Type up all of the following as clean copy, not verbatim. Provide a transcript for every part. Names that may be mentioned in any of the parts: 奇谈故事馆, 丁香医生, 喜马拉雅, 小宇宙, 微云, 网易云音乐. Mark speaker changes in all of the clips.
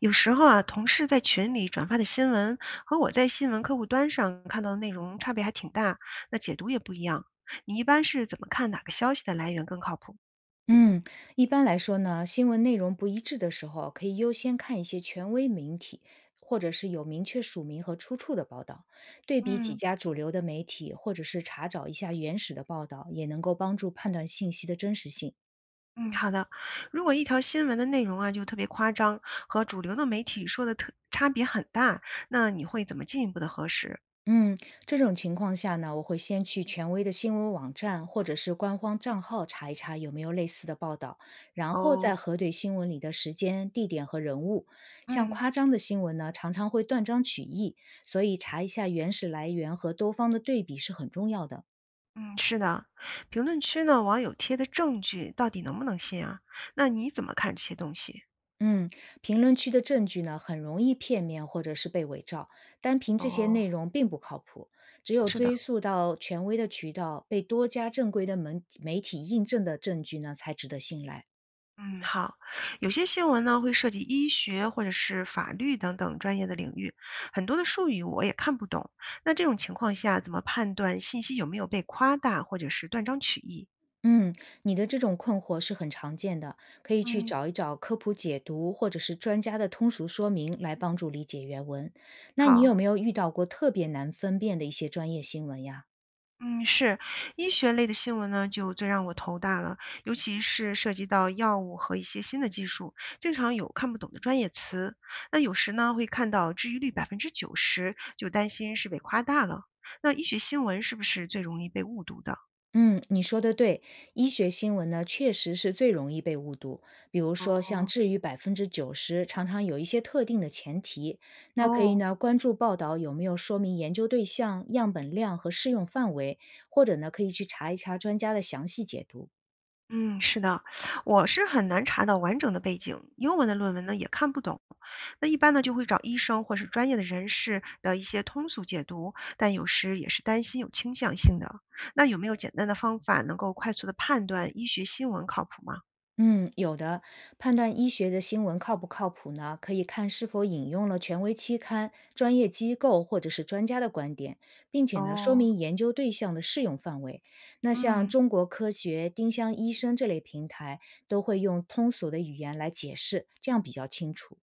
Speaker 1: 有时候啊，同事在群里转发的新闻和我在新闻客户端上看到的内容差别还挺大，那解读也不一样。你一般是怎么看哪个消息的来源更靠谱？
Speaker 2: 嗯，一般来说呢，新闻内容不一致的时候，可以优先看一些权威媒体，或者是有明确署名和出处的报道，对比几
Speaker 1: 嗯，
Speaker 2: 家主流的媒体，或者是查找一下原始的报道，也能够帮助判断信息的真实性。
Speaker 1: 嗯，好的。如果一条新闻的内容啊就特别夸张，和主流的媒体说的特差别很大，那你会怎么进一步的核实？
Speaker 2: 嗯，这种情况下呢，我会先去权威的新闻网站或者是官方账号查一查有没有类似的报道，然后再
Speaker 1: 哦，
Speaker 2: 核对新闻里的时间、地点和人物。像
Speaker 1: 嗯
Speaker 2: 夸张的新闻呢，常常会断章取义，所以查一下原始来源和多方的对比是很重要的。
Speaker 1: 嗯，是的。评论区呢，网友贴的证据到底能不能信啊？那你怎么看这些东西？
Speaker 2: 嗯，评论区的证据呢，很容易片面或者是被伪造，单凭这些
Speaker 1: 哦，
Speaker 2: 内容并不靠谱。只有
Speaker 1: 是的。
Speaker 2: 追溯到权威的渠道，被多家正规的门媒体印证的证据呢，才值得信赖。
Speaker 1: 嗯，好。有些新闻呢会涉及医学或者是法律等等专业的领域，很多的术语我也看不懂。那这种情况下，怎么判断信息有没有被夸大或者是断章取义？
Speaker 2: 嗯，你的这种困惑是很常见的，可以去
Speaker 1: 嗯，
Speaker 2: 找一找科普解读或者是专家的通俗说明来帮助理解原文。那你有
Speaker 1: 好，
Speaker 2: 没有遇到过特别难分辨的一些专业新闻呀？
Speaker 1: 嗯，是医学类的新闻呢，就最让我头大了，尤其是涉及到药物和一些新的技术，经常有看不懂的专业词。那有时呢会看到治愈率90%，就担心是被夸大了。那医学新闻是不是最容易被误读的？
Speaker 2: 嗯，你说的对，医学新闻呢确实是最容易被误读。比如说，像
Speaker 1: 哦，
Speaker 2: 治愈百分之九十，常常有一些特定的前提。那可以
Speaker 1: 哦，
Speaker 2: 呢，关注报道有没有说明研究对象、样本量和适用范围，或者呢，可以去查一查专家的详细解读。
Speaker 1: 嗯，是的，我是很难查到完整的背景，英文的论文呢也看不懂。那一般呢就会找医生或是专业的人士的一些通俗解读，但有时也是担心有倾向性的。那有没有简单的方法能够快速的判断医学新闻靠谱吗？
Speaker 2: 嗯，有的。判断医学的新闻靠不靠谱呢？可以看是否引用了权威期刊、专业机构或者是专家的观点，并且呢，说
Speaker 1: 哦，
Speaker 2: 明研究对象的适用范围。那像
Speaker 1: 嗯。
Speaker 2: 中国科学、丁香医生这类平台，都会用通俗的语言来解释，这样比较清楚。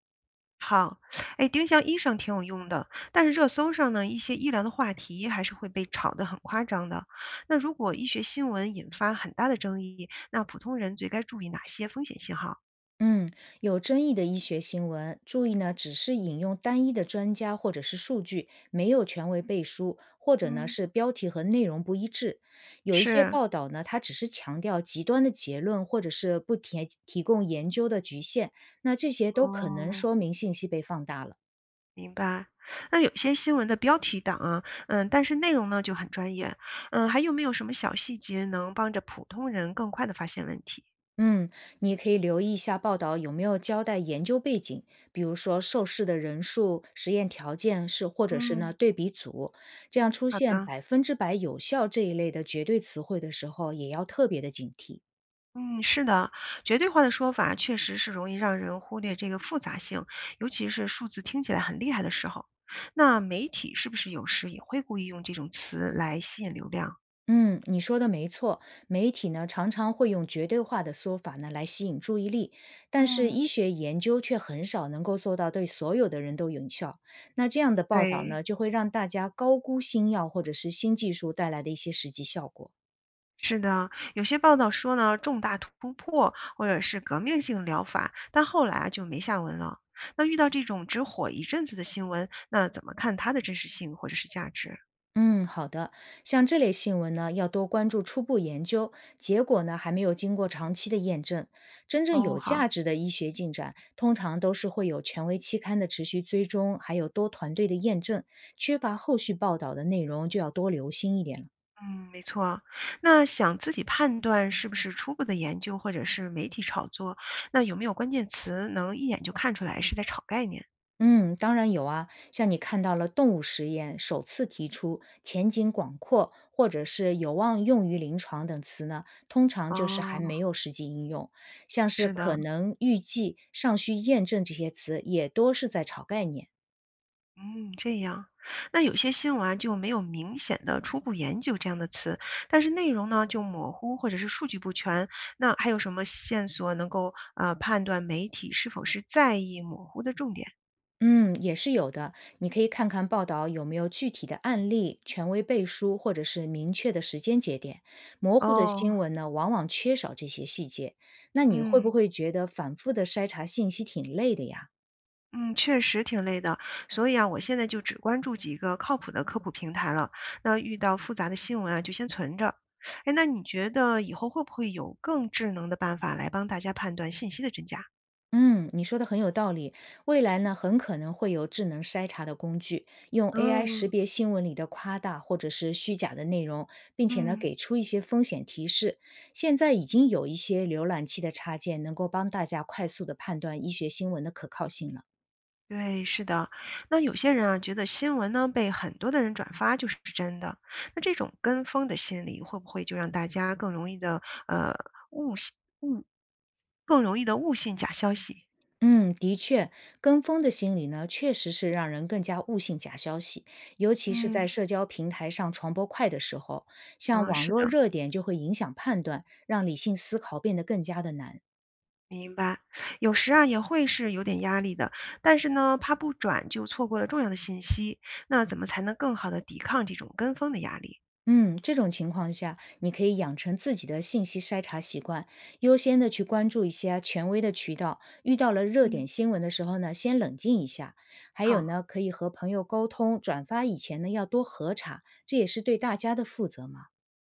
Speaker 1: 好，哎，丁香医生挺有用的，但是热搜上呢，一些医疗的话题还是会被炒得很夸张的。那如果医学新闻引发很大的争议，那普通人最该注意哪些风险信号？
Speaker 2: 嗯，有争议的医学新闻，注意呢，只是引用单一的专家或者是数据，没有权威背书，或者呢
Speaker 1: 嗯，
Speaker 2: 是标题和内容不一致。有一些
Speaker 1: 是，
Speaker 2: 报道呢，它只是强调极端的结论，或者是不提提供研究的局限，那这些都可能
Speaker 1: 哦，
Speaker 2: 说明信息被放大了。
Speaker 1: 明白。那有些新闻的标题党啊，嗯，但是内容呢就很专业，嗯，还有没有什么小细节能帮着普通人更快的发现问题？
Speaker 2: 嗯，你可以留意一下报道有没有交代研究背景，比如说受试的人数、实验条件是，或者是呢
Speaker 1: 嗯，
Speaker 2: 对比组，这样出
Speaker 1: 好
Speaker 2: 现
Speaker 1: 的。
Speaker 2: 百分之百有效这一类的绝对词汇的时候，也要特别的警惕。
Speaker 1: 嗯，是的，绝对化的说法确实是容易让人忽略这个复杂性，尤其是数字听起来很厉害的时候。那媒体是不是有时也会故意用这种词来吸引流量？
Speaker 2: 嗯，你说的没错，媒体呢常常会用绝对化的说法呢来吸引注意力，但是
Speaker 1: 嗯，
Speaker 2: 医学研究却很少能够做到对所有的人都有效。那这样的报道
Speaker 1: 对，
Speaker 2: 呢，就会让大家高估新药或者是新技术带来的一些实际效果。
Speaker 1: 是的，有些报道说呢，重大突破或者是革命性疗法，但后来啊就没下文了。那遇到这种只火一阵子的新闻，那怎么看它的真实性或者是价值？
Speaker 2: 嗯，好的。像这类新闻呢，要多关注初步研究，结果呢还没有经过长期的验证。真正
Speaker 1: 哦，
Speaker 2: 有
Speaker 1: 好。
Speaker 2: 价值的医学进展，通常都是会有权威期刊的持续追踪，还有多团队的验证。缺乏后续报道的内容，就要多留心一点了。
Speaker 1: 嗯，没错啊。那想自己判断是不是初步的研究或者是媒体炒作，那有没有关键词能一眼就看出来是在炒概念？
Speaker 2: 嗯，当然有啊，像你看到了动物实验首次提出前景广阔或者是有望用于临床等词呢，通常就是还
Speaker 1: 哦，
Speaker 2: 没有实际应用。像是
Speaker 1: 是
Speaker 2: 可
Speaker 1: 的，
Speaker 2: 能、预计、尚需验证这些词，也多是在炒概念。
Speaker 1: 嗯，这样。那有些新闻啊就没有明显的初步研究这样的词，但是内容呢就模糊或者是数据不全。那还有什么线索能够判断媒体是否是在意模糊的重点？
Speaker 2: 嗯，也是有的。你可以看看报道有没有具体的案例、权威背书或者是明确的时间节点。模糊的
Speaker 1: 哦，
Speaker 2: 新闻呢，往往缺少这些细节。那你会
Speaker 1: 嗯。
Speaker 2: 不会觉得反复的筛查信息挺累的呀？
Speaker 1: 嗯，确实挺累的，所以啊，我现在就只关注几个靠谱的科普平台了。那遇到复杂的新闻啊，就先存着。哎，那你觉得以后会不会有更智能的办法来帮大家判断信息的真假？
Speaker 2: 嗯，你说的很有道理。未来呢，很可能会有智能筛查的工具，用 AI 识
Speaker 1: 嗯，
Speaker 2: 别新闻里的夸大或者是虚假的内容，并且呢，
Speaker 1: 嗯，
Speaker 2: 给出一些风险提示。现在已经有一些浏览器的插件能够帮大家快速的判断医学新闻的可靠性了。
Speaker 1: 对，是的。那有些人啊，觉得新闻呢被很多的人转发就是真的，那这种跟风的心理会不会就让大家呃误信误，更容易的误信假消息？
Speaker 2: 嗯，的确，跟风的心理呢，确实是让人更加误信假消息，尤其是
Speaker 1: 嗯
Speaker 2: 在社交平台上传播快的时候，像
Speaker 1: 嗯，
Speaker 2: 网
Speaker 1: 是
Speaker 2: 络
Speaker 1: 的。
Speaker 2: 热点就会影响判断，让理性思考变得更加的难。
Speaker 1: 有时啊也会是有点压力的，但是呢，怕不转就错过了重要的信息，那怎么才能更好的抵抗这种跟风的压力？
Speaker 2: 嗯，这种情况下，你可以养成自己的信息筛查习惯，优先的去关注一些啊权威的渠道。遇到了热
Speaker 1: 嗯，
Speaker 2: 点新闻的时候呢，先冷静一下。还有
Speaker 1: 好，
Speaker 2: 呢，可以和朋友沟通，转发以前呢要多核查，这也是对大家的负责嘛。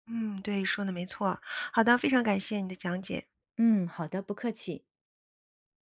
Speaker 1: 嗯，对，说的没错。好的，非常感谢你的讲解。
Speaker 2: 嗯，好的，不客气。